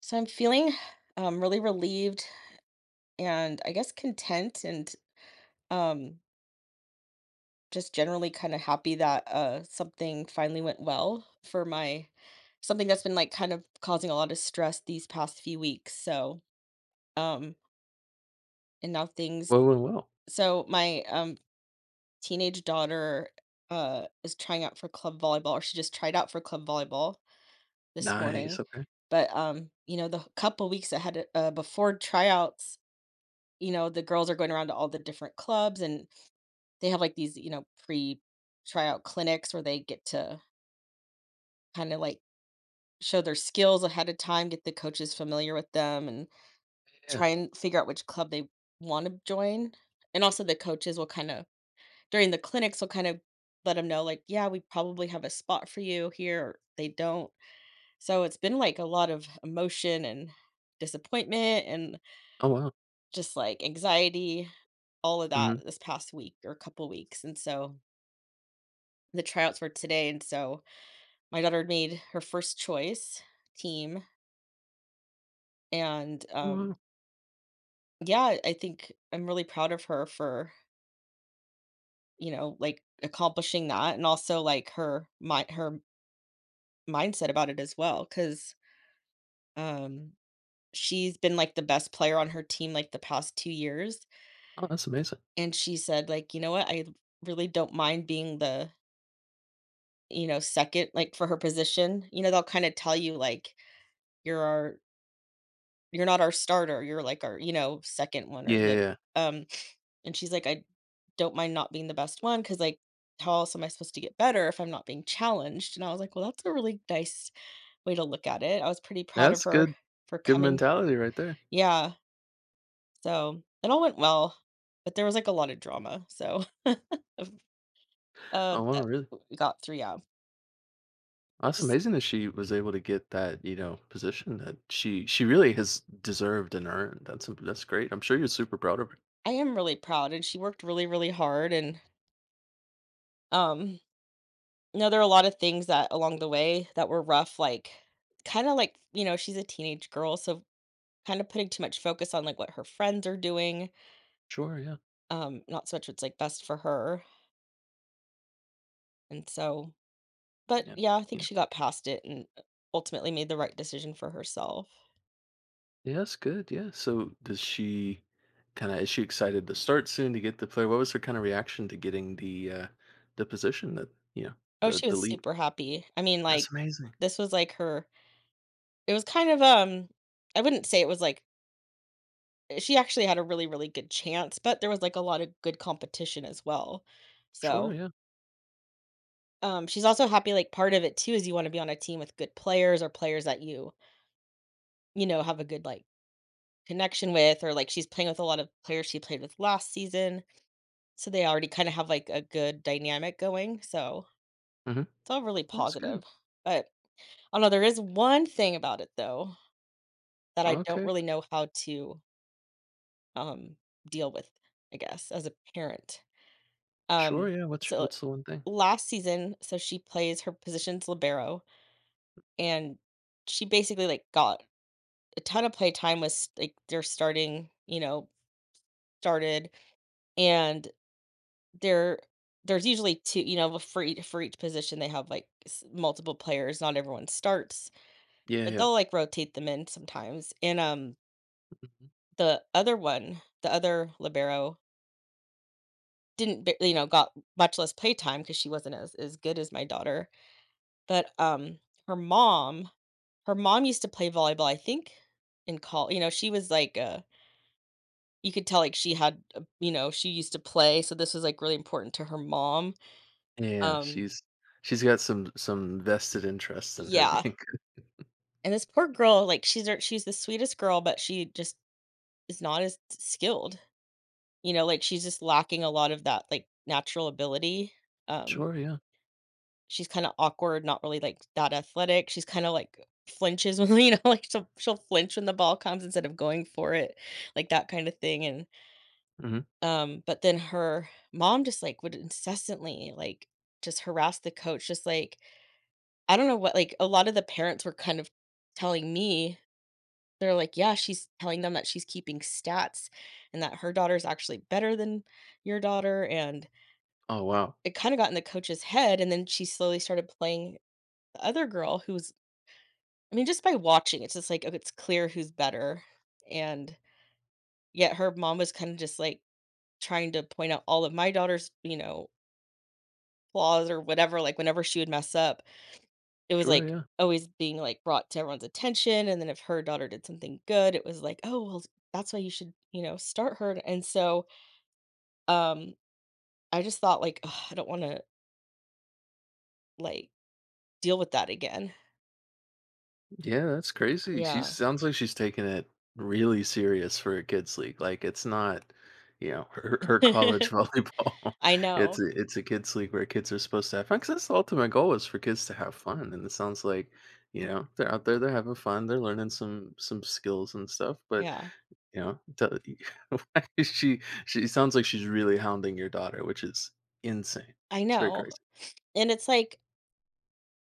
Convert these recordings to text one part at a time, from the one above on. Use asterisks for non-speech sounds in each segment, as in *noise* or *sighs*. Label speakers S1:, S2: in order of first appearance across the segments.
S1: So I'm feeling really relieved, and I guess content and um, just generally kind of happy that something finally went well for my something that's been like kind of causing a lot of stress these past few weeks. So um, and now things.
S2: Well, well, well.
S1: So my teenage daughter is trying out for club volleyball, or she just tried out for club volleyball this
S2: Nice,
S1: morning.
S2: okay.
S1: But the couple weeks ahead before tryouts, the girls are going around to all the different clubs, and they have like these, pre tryout clinics where they get to kind of like show their skills ahead of time, get the coaches familiar with them, and
S2: Yeah.
S1: try and figure out which club they want to join. And also the coaches will kind of during the clinics will kind of let them know like, yeah, we probably have a spot for you here. Or they don't. So it's been like a lot of emotion and disappointment and
S2: Oh, wow.
S1: just like anxiety, all of that
S2: Mhm.
S1: this past week or couple weeks. And so the tryouts were today, and so my daughter made her first choice team, and,
S2: Oh, wow.
S1: yeah, I think I'm really proud of her for, like, accomplishing that, and also, like, her mindset about it as well, 'cause, um, she's been, like, the best player on her team, like, the past 2 years,
S2: Oh, that's amazing.
S1: and she said, like, "You know what? I really don't mind being the," 2nd, like, for her position. You know, they'll kinda tell you, like, "You're our," you're not our starter, you're like our, 2nd one
S2: Yeah,
S1: or
S2: yeah,
S1: the
S2: yeah.
S1: um, and she's like, "I don't mind not being the best one, because, like, how else am I supposed to get better if I'm not being challenged?" And I was like, "Well, that's a really nice way to look at it." I was pretty proud of
S2: That's
S1: her
S2: good,
S1: for
S2: good
S1: coming.
S2: mentality right there.
S1: Yeah, so it all went well, but there was, like, a lot of drama, so, *laughs* of
S2: Oh, wow,
S1: that
S2: really?
S1: we got through, yeah.
S2: That's
S1: Just
S2: amazing that she was able to get that, you know, position that she really has deserved and earned. That's great. I'm sure you're super proud of her.
S1: I am really proud, and she worked really, really hard, and, um no, there are a lot of things that along the way that were rough, like, kinda like, she's a teenage girl, so kinda putting too much focus on, like, what her friends are doing,
S2: Sure, yeah.
S1: not so much what's, like, best for her, and so but,
S2: Yeah.
S1: yeah, I
S2: You
S1: think
S2: know.
S1: she got past it, and, ultimately made the right decision for herself.
S2: Yeah, that's good, yeah. So, does she kinda, is she excited to start soon to get the player? What was her kinda reaction to getting the position that, you know,
S1: Oh,
S2: the
S1: she
S2: the
S1: was
S2: lead?
S1: super happy. I mean,
S2: That's
S1: like,
S2: amazing.
S1: this was, like, her it was kind of, I wouldn't say it was, like, eh, she actually had a really, really good chance, but there was, like, a lot of good competition as well,
S2: Sure,
S1: so.
S2: yeah.
S1: She's also happy, like, part of it too is you wanna be on a team with good players or players that you, have a good, like, connection with, or, like, she's playing with a lot of players she played with last season, so they already kinda have, like, a good dynamic going, so
S2: Mhm.
S1: it's all really
S2: Well, that's good.
S1: positive. But I don't know, there is one thing about it though that I don't
S2: Okay.
S1: really know how to, um, deal with, I guess, as a parent.
S2: Sure,
S1: Um,
S2: yeah, what's
S1: so
S2: what's the one thing?
S1: last season, so she plays her position's libero, and she basically, like, got ton of playtime, was like they're starting, started, and there there's usually two, for each position they have like multiple players, not everyone starts,
S2: Yeah,
S1: but
S2: yeah.
S1: they'll like rotate them in sometimes. And
S2: Mhm.
S1: the other one, the other libero didn't ba- you know got much less playtime because she wasn't as good as my daughter, but her mom, her mom used to play volleyball, I think. In call you know She was like a you could tell, like, she had, she used to play, so this was, like, really important to her mom.
S2: Yeah,
S1: Um,
S2: she's got some vested interests in her *laughs*
S1: yeah,
S2: being good.
S1: and this poor girl, like, she's the sweetest girl, but she just is not as skilled, like, she's just lacking a lot of that, like, natural ability. Um,
S2: Sure, yeah.
S1: she's kinda awkward, not really, like, that athletic. She's kinda, like, flinches when, *laughs* like, she'll flinch when the ball comes instead of going for it, like, that kind of thing, and
S2: Mhm.
S1: But then her mom just, like, would incessantly, like, just harass the coach, just, like I don't know what, like, a lot of the parents were kind of telling me, they're like, "Yeah, she's telling them that she's keeping stats and that her daughter's actually better than your daughter," and
S2: Oh, wow.
S1: it kinda got in the coach's head, and then she slowly started playing the other girl who's, I mean, just by watching, it's just like, oh, it's clear who's better, and yet her mom was kinda just, like, trying to point out all of my daughter's, flaws or whatever, like, whenever she would mess up, it was,
S2: Sure,
S1: like,
S2: yeah.
S1: always being, like, brought to everyone's attention, and then if her daughter did something good, it was like, "Oh, well, that's why you should, start her," and so, um, I just thought, like, "Ugh, I don't wanna, like, deal with that again."
S2: Yeah, that's crazy. She
S1: Yeah.
S2: sounds like she's taking it really serious for a kids league. Like it's not, you know, her, her college *laughs* volleyball.
S1: *laughs* I know.
S2: It's a kids league where kids are supposed to have fun. 'Cause that's the ultimate goal, is for kids to have fun. And it sounds like, you know, they're out there, they're having fun, they're learning some skills and stuff. But
S1: Yeah.
S2: you know, *laughs* why is she sounds like she's really hounding your daughter, which is insane.
S1: I
S2: It's very
S1: know,
S2: crazy.
S1: and it's like,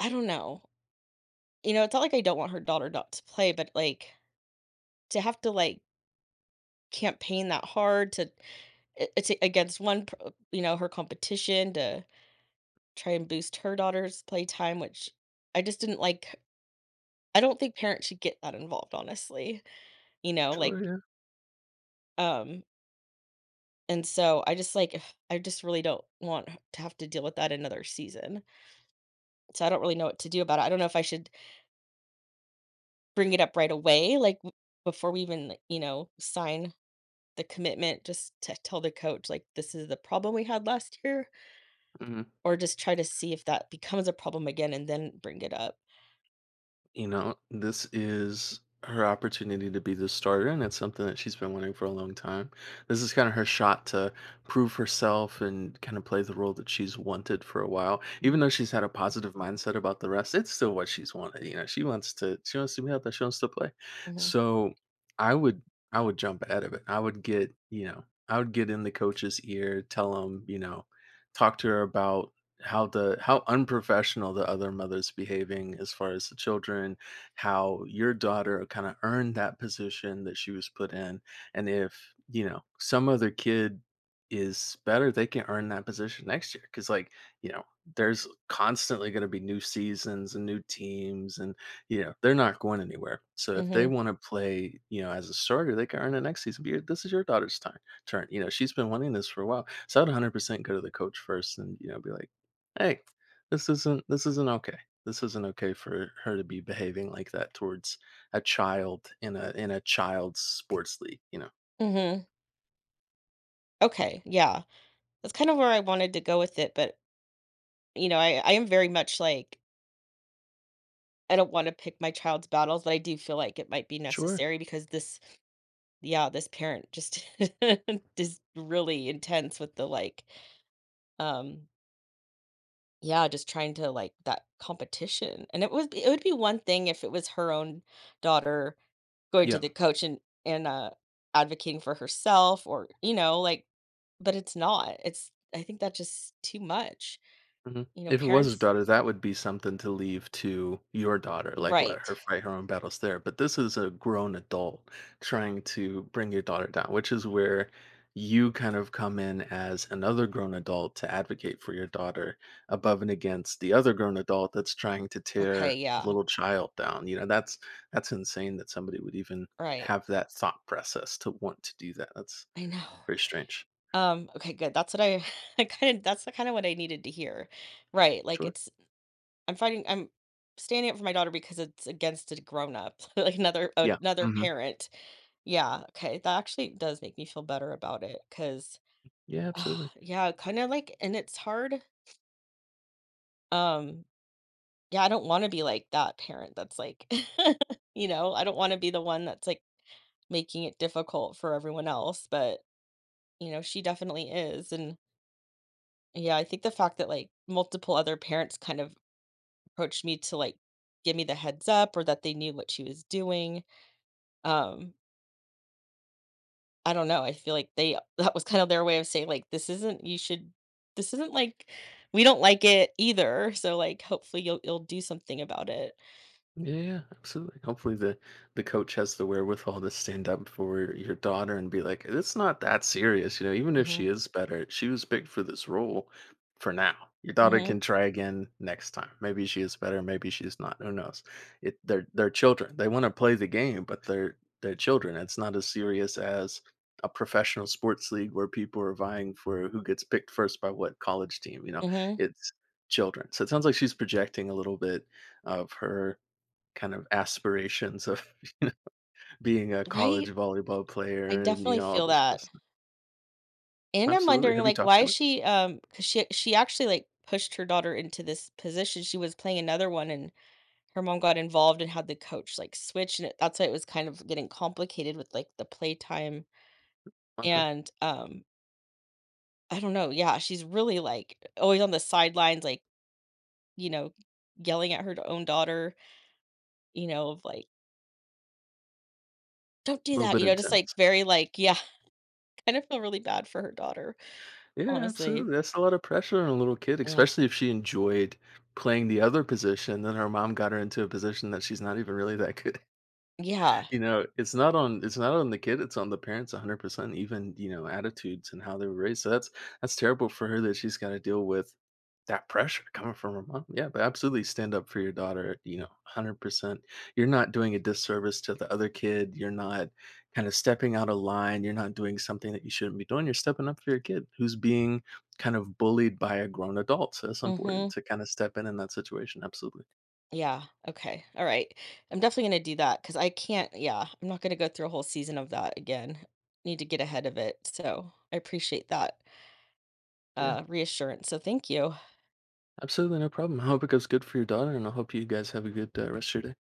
S1: I don't know. You know, it's not like I don't want her daughter not to play, but, like, to have to, like, campaign that hard to it's against one per her competition to try and boost her daughter's playtime, which I just didn't like I don't think parents should get that involved, honestly,
S2: Sure,
S1: like,
S2: yeah.
S1: um, and so I just like *sighs* I just really don't want to have to deal with that another season. So I don't really know what to do about it. I don't know if I should bring it up right away, like before we even, like, sign the commitment, just to tell the coach, like, this is the problem we had last year,
S2: Mhm.
S1: or just try to see if that becomes a problem again and then bring it up.
S2: You know, this is her opportunity to be the starter, and it's something that she's been wanting for a long time. This is kind of her shot to prove herself and kind of play the role that she's wanted for a while. Even
S1: Mm-hmm.
S2: though she's had a positive mindset about the rest, it's still what she's wanted. You know, she wants to, she wants to be out there, she wants to play. So I would I would jump ahead of it. I would get, you know, I would get in the coach's ear, tell him, you know, talk to her about how unprofessional the other mother's behaving as far as the children, how your daughter kinda earned that position that she was put in, and if, you know, some other kid is better, they can earn that position next year. Because like, you know, there's constantly gonna be new seasons and new teams and, you know, they're not going anywhere. So if they
S1: Mm-hmm.
S2: wanna play, you know, as a starter, they can earn it next season, but your this is your daughter's time, turn, you know, she's been wanting this for a while. So I would 100% go to the coach first and, you know, be like, hey, this isn't okay. This isn't okay for her to be behaving like that towards a child in a child's sports league, you know.
S1: Mm-hmm. Okay. Yeah. That's kind of where I wanted to go with it, but, I am very much like, I don't wanna pick my child's battles, but I do feel like it might be
S2: Sure.
S1: necessary because this yeah, this parent just *laughs* is really intense with the, like, um yeah, just trying to, like, that competition, and it would be one thing if it was her own daughter going to
S2: Yeah.
S1: the coach and and advocating for herself, or, like but it's not. It's I think that's just too much.
S2: Mhm.
S1: You know,
S2: If it was his
S1: parents
S2: daughter, that would be something to leave to your daughter, like, let
S1: right.
S2: her fight her own battles there, but this is a grown adult trying to bring your daughter down, which is where you kind of come in as another grown adult to advocate for your daughter above and against the other grown adult that's trying to
S1: Okay,
S2: tear a
S1: yeah.
S2: little child down, you know, that's insane that somebody would even
S1: Right.
S2: have that thought process to want to do that, that's
S1: I know.
S2: very strange.
S1: Okay, good. That's what I *laughs* I kind of that's kind of what I needed to hear. Right. Like
S2: Sure.
S1: it's I'm standing up for my daughter because it's against a grown-up, *laughs* like
S2: Yeah.
S1: another
S2: Mhm.
S1: parent. Yeah, okay. That actually does make me feel better about it, cuz
S2: Yeah, absolutely.
S1: yeah, kind of like and it's hard. Um, yeah, I don't want to be like that parent that's like *laughs* I don't want to be the one that's like making it difficult for everyone else, but she definitely is, and yeah, I think the fact that, like, multiple other parents kind of approached me to, like, give me the heads up or that they knew what she was doing, um, I don't know, I feel like they *laughs* that was kind of their way of saying, like, "This isn't you should this isn't, like we don't like it either, so, like, hopefully you'll do something about it."
S2: Yeah, yeah, absolutely. Hopefully the coach has the wherewithal to stand up for your daughter and be like, it's not that serious, you know, even if she
S1: Mhm,
S2: is better, she was picked for this role for now. Your daughter
S1: mhm,
S2: can try again next time. Maybe she is better, maybe she's not. Who knows? It they're children. They want to play the game, but they're children. It's not as serious as a professional sports league where people are vying for who gets picked first by what college team, you know.
S1: mhm.
S2: It's children. So it sounds like she's projecting a little bit of her, kind of aspirations of *laughs* being a college
S1: Right?
S2: volleyball
S1: I
S2: player and, you
S1: definitely
S2: know, all
S1: feel
S2: this kind of
S1: that,
S2: stuff.
S1: and I'm
S2: Absolutely.
S1: wondering,
S2: Have you
S1: like,
S2: talked
S1: why
S2: to
S1: is
S2: her?
S1: she, because she actually, like, pushed her daughter into this position, she was playing another one, and her mom got involved and had the coach, like, switch, and it that's why it was kind of getting complicated with, like, the playtime,
S2: Okay. A
S1: and, I don't know, yeah, she's really, like, always on the sidelines, like, you know, yelling at her own daughter, of, like, "Don't do
S2: little
S1: that,"
S2: bit
S1: just, like,
S2: intense.
S1: very, like yeah, *laughs* kind of feel really bad for her daughter,
S2: Yeah,
S1: honestly.
S2: absolutely. That's a lot of pressure on a little kid,
S1: Yeah.
S2: especially if she enjoyed playing the other position, then her mom got her into a position that she's not even really that good.
S1: Yeah.
S2: You know, it's not on the kid, it's on the parents 100%, even, you know, attitudes and how they were raised, so that's terrible for her that she's gotta deal with that pressure coming from her mom, yeah, but absolutely stand up for your daughter, you know, 100%. You're not doing a disservice to the other kid, you're not kinda stepping out of line, you're not doing something that you shouldn't be doing, you're stepping up for your kid who's being kind of bullied by a grown adult, so it's important
S1: Mhm.
S2: to kinda step in that situation, absolutely.
S1: Yeah, okay, alright. I'm definitely gonna do that 'cause I can't to do that because I'm not gonna go through a whole season of that again. Need to get ahead of it, so I appreciate that.
S2: Yeah.
S1: Reassurance. So thank you.
S2: Absolutely, no problem. I hope it goes good for your daughter, and I hope you guys have a good rest of your day.